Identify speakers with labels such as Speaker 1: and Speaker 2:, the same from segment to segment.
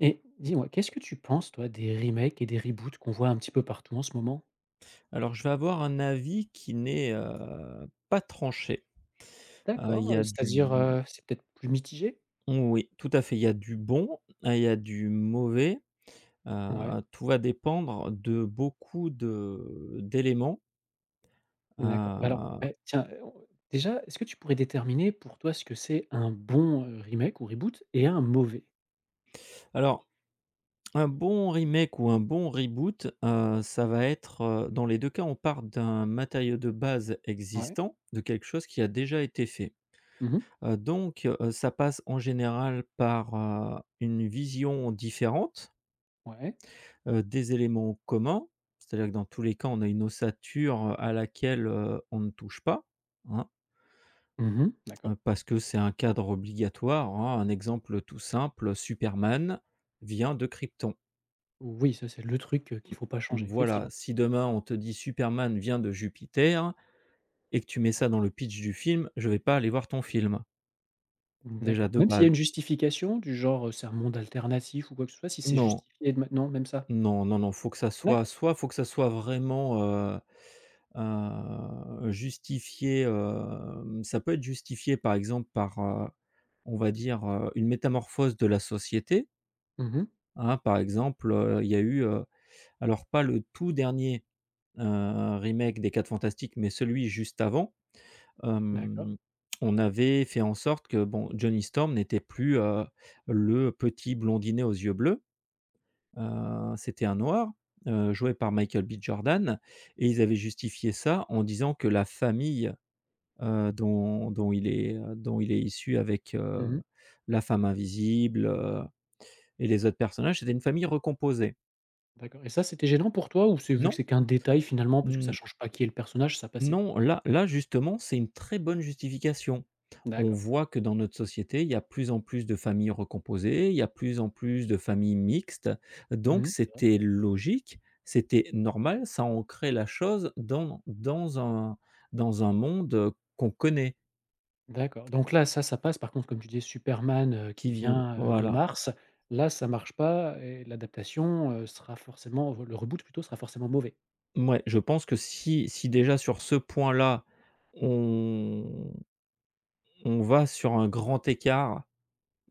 Speaker 1: Et dis-moi, qu'est-ce que tu penses, toi, des remakes et des reboots qu'on voit un petit peu partout en ce moment?
Speaker 2: Alors, je vais avoir un avis qui n'est pas tranché. Il
Speaker 1: D'accord,
Speaker 2: y a du
Speaker 1: c'est-à-dire, c'est peut-être plus mitigé?
Speaker 2: oui, tout à fait, il y a du bon, il y a du mauvais,
Speaker 1: Ouais,
Speaker 2: tout va dépendre de beaucoup de d'éléments,
Speaker 1: d'accord. Bah, alors,
Speaker 2: heu,
Speaker 1: beh, tiens, on déjà, est-ce que tu pourrais déterminer pour toi ce que c'est un bon, remake ou reboot et un mauvais?
Speaker 2: alors, un bon remake ou un bon reboot, ça va être, dans les 2 cas, on part d'un matériau de base
Speaker 1: Ouais.
Speaker 2: existant, de quelque chose qui a déjà été fait,
Speaker 1: Mmh.
Speaker 2: donc ça passe en général par, une vision différente
Speaker 1: Ouais.
Speaker 2: heu, des éléments communs. C'est-à-dire que dans tous les cas, on a une ossature à laquelle on ne touche pas, hein,
Speaker 1: Mmh. D'accord.
Speaker 2: parce que c'est un cadre obligatoire, hein. Un exemple tout simple, Superman vient de Krypton.
Speaker 1: Oui, ça, c'est le truc, qu'il faut pas
Speaker 2: Donc
Speaker 1: changer,
Speaker 2: voilà,
Speaker 1: effectivement.
Speaker 2: si demain on te dit: «Superman vient de Jupiter» et que tu mets ça dans le pitch du film, je vais pas aller voir ton film,
Speaker 1: Mmh,
Speaker 2: déjà
Speaker 1: d'accord.
Speaker 2: de
Speaker 1: Même s'il y
Speaker 2: base.
Speaker 1: a une justification du genre, c'est un monde alternatif ou quoi que ce soit, si c'est
Speaker 2: Non,
Speaker 1: justifié de ma même ça?
Speaker 2: non, non, non, faut que ça soit
Speaker 1: D'accord.
Speaker 2: soit faut que ça soit vraiment, justifié, ça peut être justifié par exemple par, on va dire, une métamorphose de la société,
Speaker 1: Mmh.
Speaker 2: hein. Par exemple, il y a eu, alors pas le tout dernier, remake des quatre Fantastiques, mais celui juste avant,
Speaker 1: D'accord.
Speaker 2: hem, on avait fait en sorte que bon, Johnny Storm n'était plus, le petit blondinet aux yeux bleus, c'était un noir, joué par Michael B. Jordan. Et ils avaient justifié ça en disant que la famille dont il est, dont il est issu avec,
Speaker 1: Mmh.
Speaker 2: la femme invisible, et les autres personnages, c'était une famille recomposée.
Speaker 1: D'accord, et ça, c'était gênant pour toi ou c'est vu que
Speaker 2: Non,
Speaker 1: c'est qu'un détail finalement, parce que ça
Speaker 2: n
Speaker 1: change pas qui est le personnage, ça passait?
Speaker 2: non, là justement, c'est une très bonne justification. On
Speaker 1: D'accord.
Speaker 2: voit que dans notre société, il y a plus en plus de familles recomposées, il y a plus en plus de familles mixtes, donc
Speaker 1: Mmh. C'est vrai.
Speaker 2: c'était logique, c'était normal, ça ancrait la chose dans un monde, qu'on connaît,
Speaker 1: D'accord, donc là, ça passe. Par contre, comme tu dis, Superman, qui
Speaker 2: qui vient
Speaker 1: vient, de
Speaker 2: voilà.
Speaker 1: Mars, là, ça marche pas et l'adaptation, sera forcément le reboot plutôt sera forcément mauvais.
Speaker 2: Ouais, je pense que si déjà sur ce point-là, on on va sur un grand écart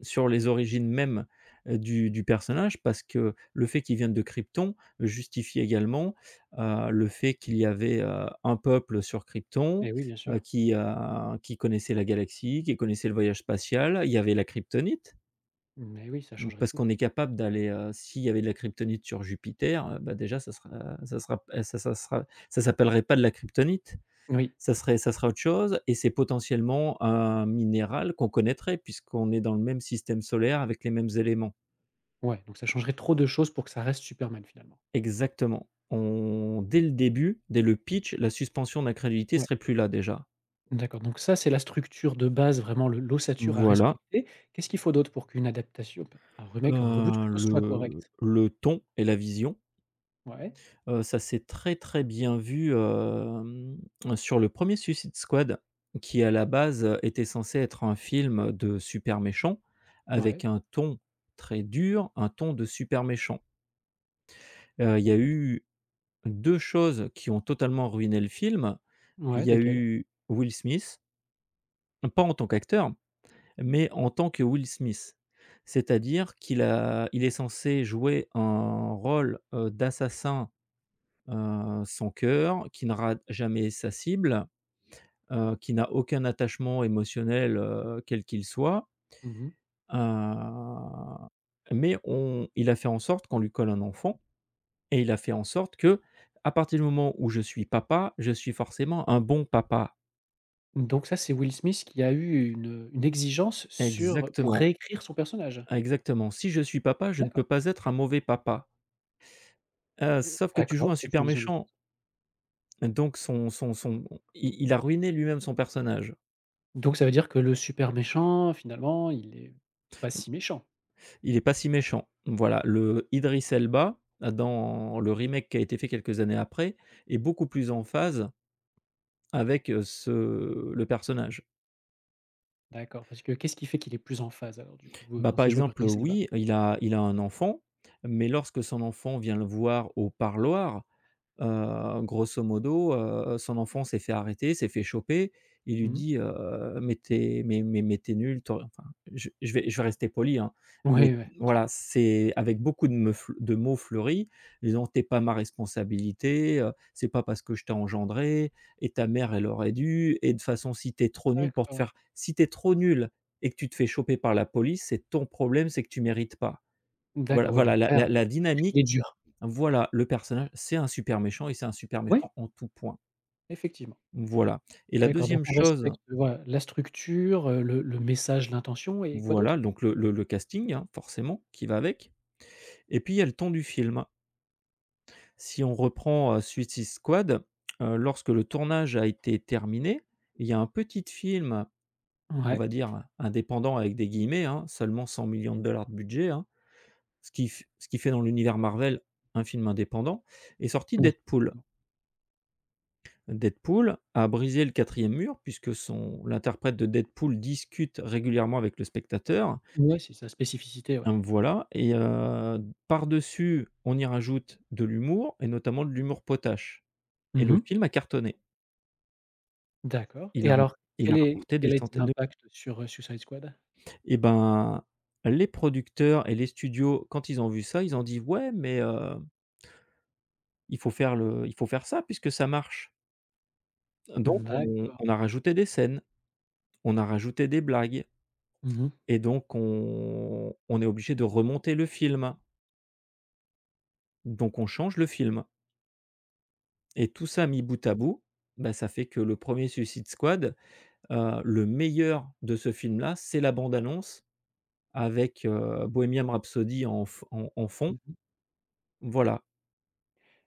Speaker 2: sur les origines même, du personnage parce que le fait qu'il vienne de Krypton justifie également, le fait qu'il y avait, un peuple sur Krypton,
Speaker 1: Et oui, bien sûr.
Speaker 2: qui connaissait la galaxie, qui connaissait le voyage spatial. Il y avait la kryptonite,
Speaker 1: Mais oui, ça
Speaker 2: mmh,
Speaker 1: changerait
Speaker 2: parce
Speaker 1: tout.
Speaker 2: qu'on est capable d'aller, s'il y avait de la kryptonite sur Jupiter, bah, déjà ça ça sera ça s'appellerait pas de la kryptonite.
Speaker 1: Oui,
Speaker 2: Ça serait autre chose et c'est potentiellement un minéral qu'on connaîtrait puisqu'on est dans le même système solaire avec les mêmes éléments.
Speaker 1: ouais, donc ça changerait trop de choses pour que ça reste Superman finalement.
Speaker 2: Exactement. On Dès le début, dès le pitch, la suspension d'incrédulité
Speaker 1: Ouais,
Speaker 2: serait plus là déjà.
Speaker 1: d'accord, donc ça, c'est la structure de base, vraiment le l'ossature à
Speaker 2: Voilà,
Speaker 1: respecter. Qu'est-ce qu'il faut d'autre pour qu'une adaptation, un remake, un reboot plutôt soit
Speaker 2: le
Speaker 1: correct?
Speaker 2: le ton et la vision,
Speaker 1: Ouais.
Speaker 2: ça s'est très, très bien vu, sur le premier Suicide Squad qui à la base, était censé être un film de super méchant avec
Speaker 1: Ouais,
Speaker 2: un ton très dur, un ton de super méchant. Il y a eu 2 choses qui ont totalement ruiné le film. Il
Speaker 1: ouais,
Speaker 2: y a
Speaker 1: lesquels?
Speaker 2: eu Will Smith, pas en tant qu'acteur, mais en tant que Will Smith. C'est-à-dire qu'il a il est censé jouer un rôle, d'assassin, sans cœur, qui ne rate jamais sa cible, qui n'a aucun attachement émotionnel, quel qu'il soit,
Speaker 1: Mmh.
Speaker 2: heu, mais on il a fait en sorte qu'on lui colle un enfant. Et il a fait en sorte que, à partir du moment où je suis papa, je suis forcément un bon papa.
Speaker 1: Donc ça, c'est Will Smith qui a eu une exigence sur pour
Speaker 2: Exactement,
Speaker 1: réécrire son personnage?
Speaker 2: exactement. Si je suis papa, je ne peux
Speaker 1: D'accord.
Speaker 2: pas être un mauvais papa. Sauf que tu joues
Speaker 1: D'accord,
Speaker 2: un
Speaker 1: c'est
Speaker 2: super
Speaker 1: une vision des choses.
Speaker 2: méchant. Donc son son son il a ruiné lui-même son personnage.
Speaker 1: Donc ça veut dire que le super méchant, finalement, il est pas si méchant?
Speaker 2: Il n'est pas si méchant. Voilà, le Idris Elba, dans le remake qui a été fait quelques années après, est beaucoup plus en phase avec, ce le personnage.
Speaker 1: D'accord, parce que qu'est-ce qui fait qu'il est plus en phase alors du coup,
Speaker 2: Bah,
Speaker 1: quand
Speaker 2: par
Speaker 1: c'est joué par
Speaker 2: exemple,
Speaker 1: Idriss Elba?
Speaker 2: oui, il a un enfant, mais lorsque son enfant vient le voir au parloir. Grosso modo, son enfant s'est fait arrêter, s'est fait choper. Il lui
Speaker 1: Mmh.
Speaker 2: dit: «Mais t'es, mais tu nul, tu enfin, je vais rester poli, hein,
Speaker 1: Oui,
Speaker 2: mais
Speaker 1: ouais, bien sûr.
Speaker 2: voilà, c'est avec beaucoup de mots fleuris, disant: «Tu es pas ma responsabilité, c'est pas parce que je t'ai engendré et ta mère, elle aurait dû et de toute façon, si t'es trop nul pour te
Speaker 1: D'accord,
Speaker 2: faire si t'es trop nul et que tu te fais choper par la police, c'est ton problème, c'est que tu mérites pas». Voilà,
Speaker 1: d'accord, oui, le
Speaker 2: voilà, la
Speaker 1: père,
Speaker 2: la la
Speaker 1: on va dire qu'il
Speaker 2: dynamique,
Speaker 1: est dur.
Speaker 2: voilà, le personnage, c'est un super méchant et c'est un super
Speaker 1: Oui,
Speaker 2: méchant en tout point.
Speaker 1: effectivement.
Speaker 2: Voilà, et la
Speaker 1: D'accord, donc
Speaker 2: deuxième
Speaker 1: on
Speaker 2: chose,
Speaker 1: respecte, voilà, la structure, le message, l'intention et quoi
Speaker 2: voilà,
Speaker 1: d'autre?
Speaker 2: donc le casting, hein, forcément, qui va avec et puis il y a le ton du film. Si on reprend, Suicide Squad, lorsque le tournage a été terminé, il y a un petit film, on
Speaker 1: Ouais,
Speaker 2: va dire «indépendant» avec des guillemets, hein, seulement 100 de dollars de budget, hein, ce qui fait dans l'univers Marvel un film indépendant, est sorti
Speaker 1: oui.
Speaker 2: Deadpool. Deadpool a brisé le quatrième mur puisque son l'interprète de Deadpool discute régulièrement avec le spectateur,
Speaker 1: Ouais, c'est sa spécificité, ouais.
Speaker 2: hem, voilà et par-dessus, on y rajoute de l'humour et notamment de l'humour potache et
Speaker 1: Mmh
Speaker 2: le
Speaker 1: mh.
Speaker 2: film a cartonné.
Speaker 1: D'accord,
Speaker 2: Il
Speaker 1: et
Speaker 2: a ra
Speaker 1: alors
Speaker 2: il a
Speaker 1: quel est
Speaker 2: rapporté des
Speaker 1: quel a été
Speaker 2: centaines de.
Speaker 1: l'impact sur, Suicide Squad?
Speaker 2: Et ben, les producteurs et les studios, quand ils ont vu ça, ils ont dit: «Ouais, mais il faut faire ça puisque ça marche». Donc on
Speaker 1: D'accord.
Speaker 2: on a rajouté des scènes, on a rajouté des blagues.
Speaker 1: Mmh mh.
Speaker 2: Et donc on est obligé de remonter le film, donc on change le film et tout ça mis bout à bout, bah, ça fait que le premier Suicide Squad, le meilleur de ce film-là, c'est la bande annonce avec, Bohemian Rhapsody en f en en fond.
Speaker 1: Mmh mh.
Speaker 2: Voilà,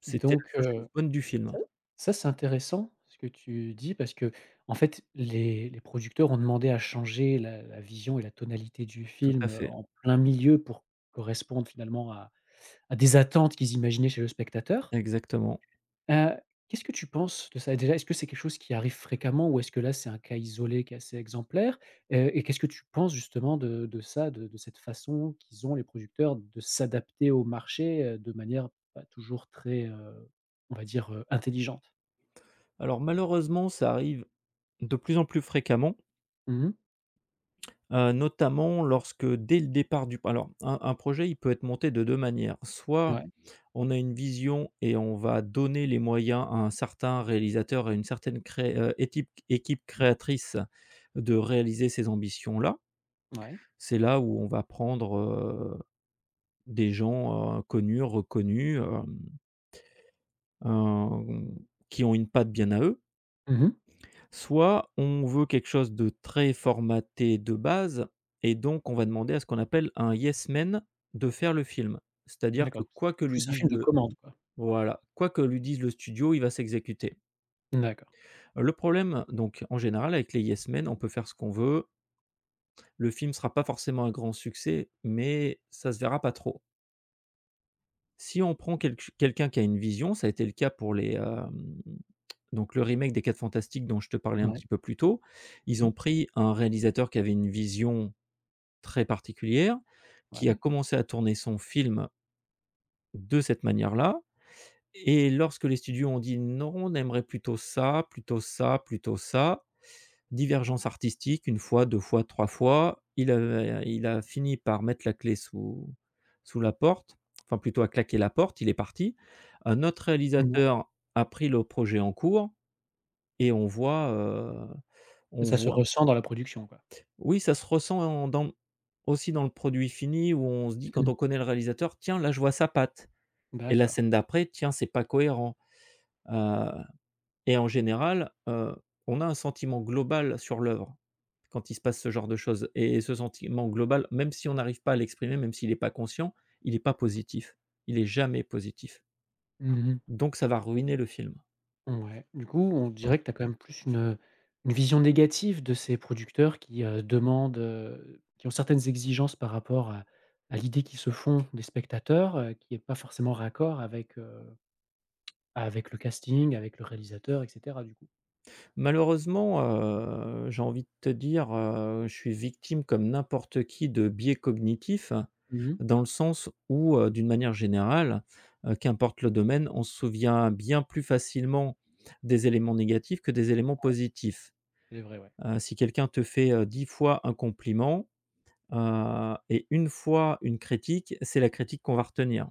Speaker 2: c'était la
Speaker 1: Donc
Speaker 2: seule chose
Speaker 1: heu,
Speaker 2: bonne du film.
Speaker 1: ça ça c'est intéressant ce que tu dis parce qu'en fait les producteurs ont demandé à changer la vision et la tonalité du
Speaker 2: Tout à
Speaker 1: film,
Speaker 2: fait,
Speaker 1: en plein milieu pour correspondre finalement à des attentes qu'ils imaginaient chez le spectateur.
Speaker 2: exactement.
Speaker 1: Heu, qu'est-ce que tu penses de ça? Déjà, est-ce que c'est quelque chose qui arrive fréquemment ou est-ce que là, c'est un cas isolé qui est assez exemplaire? Et qu'est-ce que tu penses justement de ça, de cette façon qu'ils ont les producteurs de s'adapter au marché, de manière pas toujours très, on va dire, intelligente?
Speaker 2: Alors malheureusement, ça arrive de plus en plus fréquemment,
Speaker 1: Mmh mh.
Speaker 2: notamment lorsque dès le départ du alors un projet, il peut être monté de 2 manières. Soit
Speaker 1: Ouais,
Speaker 2: on a une vision et on va donner les moyens à un certain réalisateur, à une certaine cré équipe créatrice de réaliser ces ambitions-là.
Speaker 1: ouais.
Speaker 2: C'est là où on va prendre, des gens, connus, reconnushem, qui ont une patte bien à eux.
Speaker 1: Mmh mh.
Speaker 2: Soit on veut quelque chose de très formaté de base et donc on va demander à ce qu'on appelle un yes man de faire le film. C'est-à-dire que
Speaker 1: D'accord, donc
Speaker 2: quoi que
Speaker 1: c'est
Speaker 2: lui
Speaker 1: plus un
Speaker 2: dise
Speaker 1: film de
Speaker 2: le
Speaker 1: commande, quoi?
Speaker 2: voilà, quoi que lui dise le studio, il va s'exécuter.
Speaker 1: D'accord.
Speaker 2: Le problème, donc, en général, avec les yes men, on peut faire ce qu'on veut. Le film sera pas forcément un grand succès, mais ça se verra pas trop. Si on prend quelqu'un qui a une vision, ça a été le cas pour les, donc le remake des quatre Fantastiques dont je te parlais un
Speaker 1: Ouais.
Speaker 2: petit peu plus tôt. Ils
Speaker 1: Mmh
Speaker 2: ont
Speaker 1: mh.
Speaker 2: pris un réalisateur qui avait une vision très particulière, qui a
Speaker 1: Ouais.
Speaker 2: commencé à tourner son film de cette manière-là et lorsque les studios ont dit: «Non, on aimerait plutôt ça, plutôt ça, plutôt ça», divergence artistique, une fois, 2 fois, 3 fois, il a fini par mettre la clé sous la porte, enfin plutôt à claquer la porte, il est parti. Un autre
Speaker 1: Mouais.
Speaker 2: réalisateur a pris le projet en cours et on
Speaker 1: Ça se
Speaker 2: voit
Speaker 1: ressent dans la production, quoi?
Speaker 2: oui, ça se ressent dans aussi dans le produit fini où on se dit
Speaker 1: Mmh
Speaker 2: quand
Speaker 1: mh.
Speaker 2: on connaît le réalisateur: «Tiens, là, je vois sa patte» et la
Speaker 1: D'accord.
Speaker 2: scène d'après: «Tiens, c'est pas cohérent». Heu Et en général, on a un sentiment global sur l'œuvre quand il se passe ce genre de choses et ce sentiment global, même si on n'arrive pas à l'exprimer, même s'il est pas conscient, il est pas positif. Il est jamais positif.
Speaker 1: Mmh mh.
Speaker 2: Donc ça va ruiner le film.
Speaker 1: Ouais, du coup, on dirait que tu as quand même plus une vision négative de ces producteurs qui, demandent, qui ont certaines exigences par rapport à l'idée qu'ils se font des spectateurs, qui est pas forcément raccord avec, avec le casting, avec le réalisateur et cetera, du coup.
Speaker 2: Malheureusement, j'ai envie de te dire, je suis victime comme n'importe qui de biais cognitifs,
Speaker 1: Mmh.
Speaker 2: dans le sens où, d'une manière générale, qu'importe le domaine, on se souvient bien plus facilement des éléments négatifs que des éléments positifs.
Speaker 1: C'est vrai, ouais.
Speaker 2: Si quelqu'un te fait, 10 fois un compliment, et une fois une critique, c'est la critique qu'on va retenir.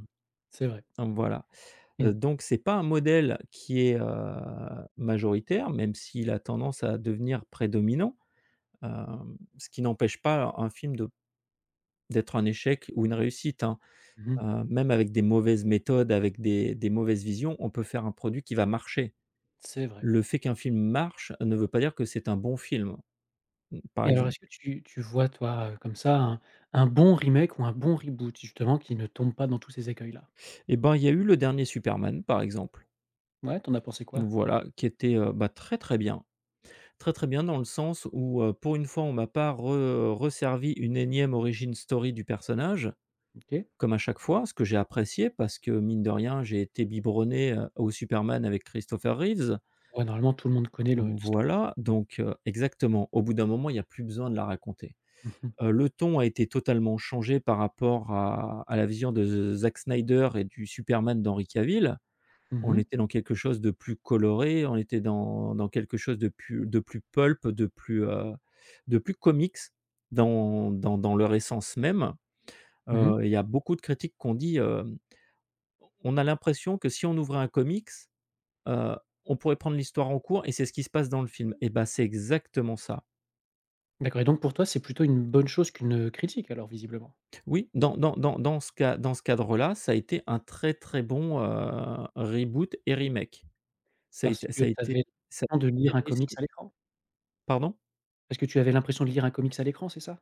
Speaker 1: C'est vrai.
Speaker 2: Donc voilà.
Speaker 1: Mmh.
Speaker 2: Donc c'est pas un modèle qui est, majoritaire, même s'il a tendance à devenir prédominant, ce qui n'empêche pas un film de d'être un échec ou une réussite, hein.
Speaker 1: Mmh.
Speaker 2: Même avec des mauvaises méthodes, avec des mauvaises visions, on peut faire un produit qui va marcher.
Speaker 1: C'est vrai.
Speaker 2: Le fait qu'un film marche ne veut pas dire que c'est un bon film, mmh, par
Speaker 1: Et alors,
Speaker 2: exemple.
Speaker 1: est-ce que tu vois, toi, comme ça, un bon remake ou un bon reboot justement qui ne tombe pas dans tous ces écueils-là?
Speaker 2: Et ben, il y a eu le dernier Superman, par exemple,
Speaker 1: Ouais, t'en as pensé quoi?
Speaker 2: voilà, qui était, bah, très, très bien. Très, très bien dans le sens où, pour une fois, on m'a pas re resservi une énième origin story du personnage,
Speaker 1: OK.
Speaker 2: comme à chaque fois, ce que j'ai apprécié parce que mine de rien, j'ai été biberonné, au Superman avec Christopher Reeves.
Speaker 1: Ouais, normalement tout le monde connaît le l'histoire de
Speaker 2: Voilà,
Speaker 1: Superman.
Speaker 2: donc exactement. Au bout d'un moment, il n'y a plus besoin de la raconter.
Speaker 1: Mmh mh.
Speaker 2: Le ton a été totalement changé par rapport à la vision de Zack Snyder et du Superman d'Henry Cavill.
Speaker 1: Mmh
Speaker 2: On
Speaker 1: mh.
Speaker 2: était dans quelque chose de plus coloré, on était dans quelque chose de plus pulp, de plus comics dans leur essence même.
Speaker 1: Mmh mh.
Speaker 2: Il y a beaucoup de critiques qu'on dit, hem: «On a l'impression que si on ouvrait un comics, heu, on pourrait prendre l'histoire en cours et c'est ce qui se passe dans le film» et ben c'est exactement ça.
Speaker 1: D'accord, et donc pour toi, c'est plutôt une bonne chose qu'une, critique alors visiblement?
Speaker 2: Oui, dans ce cadre-là, ça a été un très, très bon, reboot et remake. Ça a
Speaker 1: Parce
Speaker 2: été
Speaker 1: que
Speaker 2: ça a
Speaker 1: tu
Speaker 2: été
Speaker 1: avais
Speaker 2: ça
Speaker 1: l'impression de
Speaker 2: a
Speaker 1: lire un comics
Speaker 2: réussi.
Speaker 1: à l'écran?
Speaker 2: Pardon?
Speaker 1: Parce que tu avais l'impression de lire un comics à l'écran, c'est ça?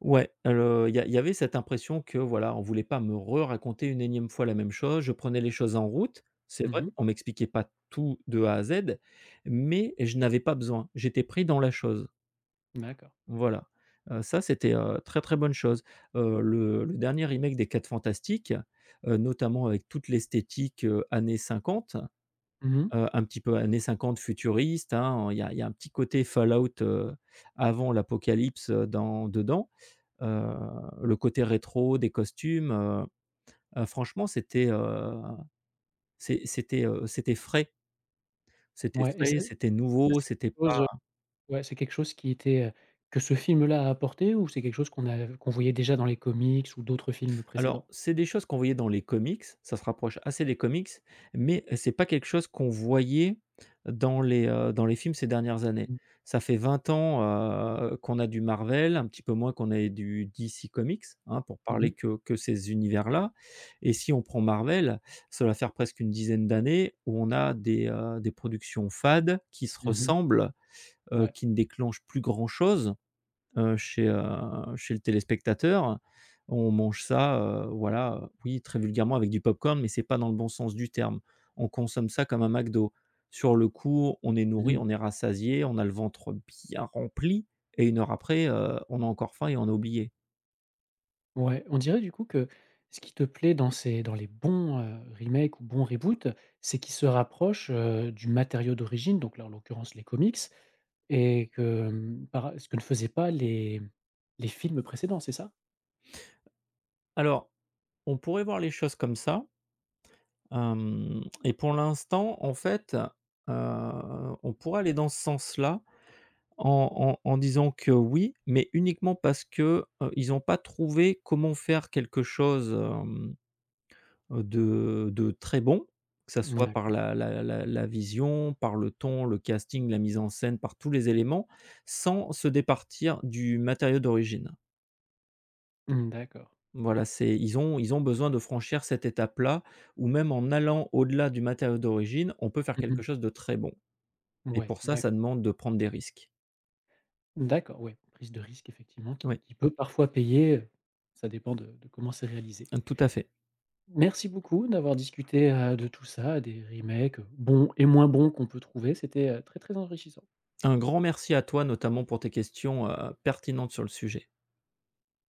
Speaker 2: Ouais, alors il y avait cette impression que, voilà, on voulait pas me re-raconter une énième fois la même chose. Je prenais les choses en route, c'est
Speaker 1: Mmh
Speaker 2: vrai,
Speaker 1: mh.
Speaker 2: on m'expliquait pas tout de A à Z, mais je n'avais pas besoin. J'étais pris dans la chose,
Speaker 1: D'accord.
Speaker 2: voilà. Ça, c'était, très, très bonne chose. Le dernier remake des quatre Fantastiques, notamment avec toute l'esthétique, années 50,
Speaker 1: Mmh mh.
Speaker 2: un petit peu années 50 futuriste, hein, il y a un petit côté Fallout, avant l'apocalypse, dans dedans. Heu, le côté rétro des costumes, franchement, c'était, c'était, c'était frais. C'était
Speaker 1: Ouais et
Speaker 2: frais,
Speaker 1: ça ça
Speaker 2: c'était nouveau,
Speaker 1: c'est
Speaker 2: c'était
Speaker 1: quelque chose,
Speaker 2: pas.
Speaker 1: ouais, c'est quelque chose qui était, que ce film-là a apporté ou c'est quelque chose qu'on voyait déjà dans les comics ou d'autres films
Speaker 2: Alors,
Speaker 1: précédents?
Speaker 2: c'est des choses qu'on voyait dans les comics, ça se rapproche assez des comics, mais c'est pas quelque chose qu'on voyait dans les films ces dernières années.
Speaker 1: Mmh mh.
Speaker 2: Ça fait 20 ans, qu'on a du Marvel, un petit peu moins qu'on ait du DC Comics, hein, pour
Speaker 1: Mmh
Speaker 2: parler
Speaker 1: mh.
Speaker 2: que ces univers-là et si on prend Marvel, ça va faire presque une dizaine d'années où on a des productions fades qui se
Speaker 1: Mmh mh.
Speaker 2: ressemblent,
Speaker 1: Ouais.
Speaker 2: qui ne déclenchent plus grand chose, chez le téléspectateur. On mange ça, voilà, oui, très vulgairement avec du popcorn, mais c'est pas dans le bon sens du terme. On consomme ça comme un McDo. Sur le coup, on est
Speaker 1: Mmh
Speaker 2: nourri,
Speaker 1: mh.
Speaker 2: on est rassasié, on a le ventre bien rempli et une heure après, on a encore faim et on a oublié.
Speaker 1: Ouais, on dirait du coup que ce qui te plaît dans ces dans les bons, remakes ou bons reboots, c'est qu'ils se rapprochent, du matériau d'origine, donc là, en l'occurrence, les comics et que, mmh, par ce que ne faisaient pas les films précédents, c'est ça?
Speaker 2: Alors, on pourrait voir les choses comme ça, hem et pour l'instant, en fait, on pourrait aller dans ce sens-là. En disant que oui, mais uniquement parce que, ils n'ont pas trouvé comment faire quelque chose, de très bon, que ça soit par
Speaker 1: D'accord.
Speaker 2: la vision, par le ton, le casting, la mise en scène, par tous les éléments, sans se départir du matériau d'origine.
Speaker 1: Mmh, d'accord.
Speaker 2: Voilà, c'est ils ont besoin de franchir cette étape-là, ou même en allant au-delà du matériau d'origine, on peut faire quelque
Speaker 1: Mmh.
Speaker 2: chose de très bon et
Speaker 1: Ouais,
Speaker 2: pour ça, ça
Speaker 1: d'accord.
Speaker 2: demande de prendre des risques.
Speaker 1: D'accord, ouais, prise de risque effectivement
Speaker 2: Oui,
Speaker 1: qui peut parfois payer, ça dépend de comment c'est réalisé.
Speaker 2: tout à fait.
Speaker 1: Merci beaucoup d'avoir discuté, de tout ça, des remakes, bons et moins bons qu'on peut trouver, c'était, très, très enrichissant.
Speaker 2: Un grand merci à toi, notamment pour tes questions, pertinentes sur le sujet.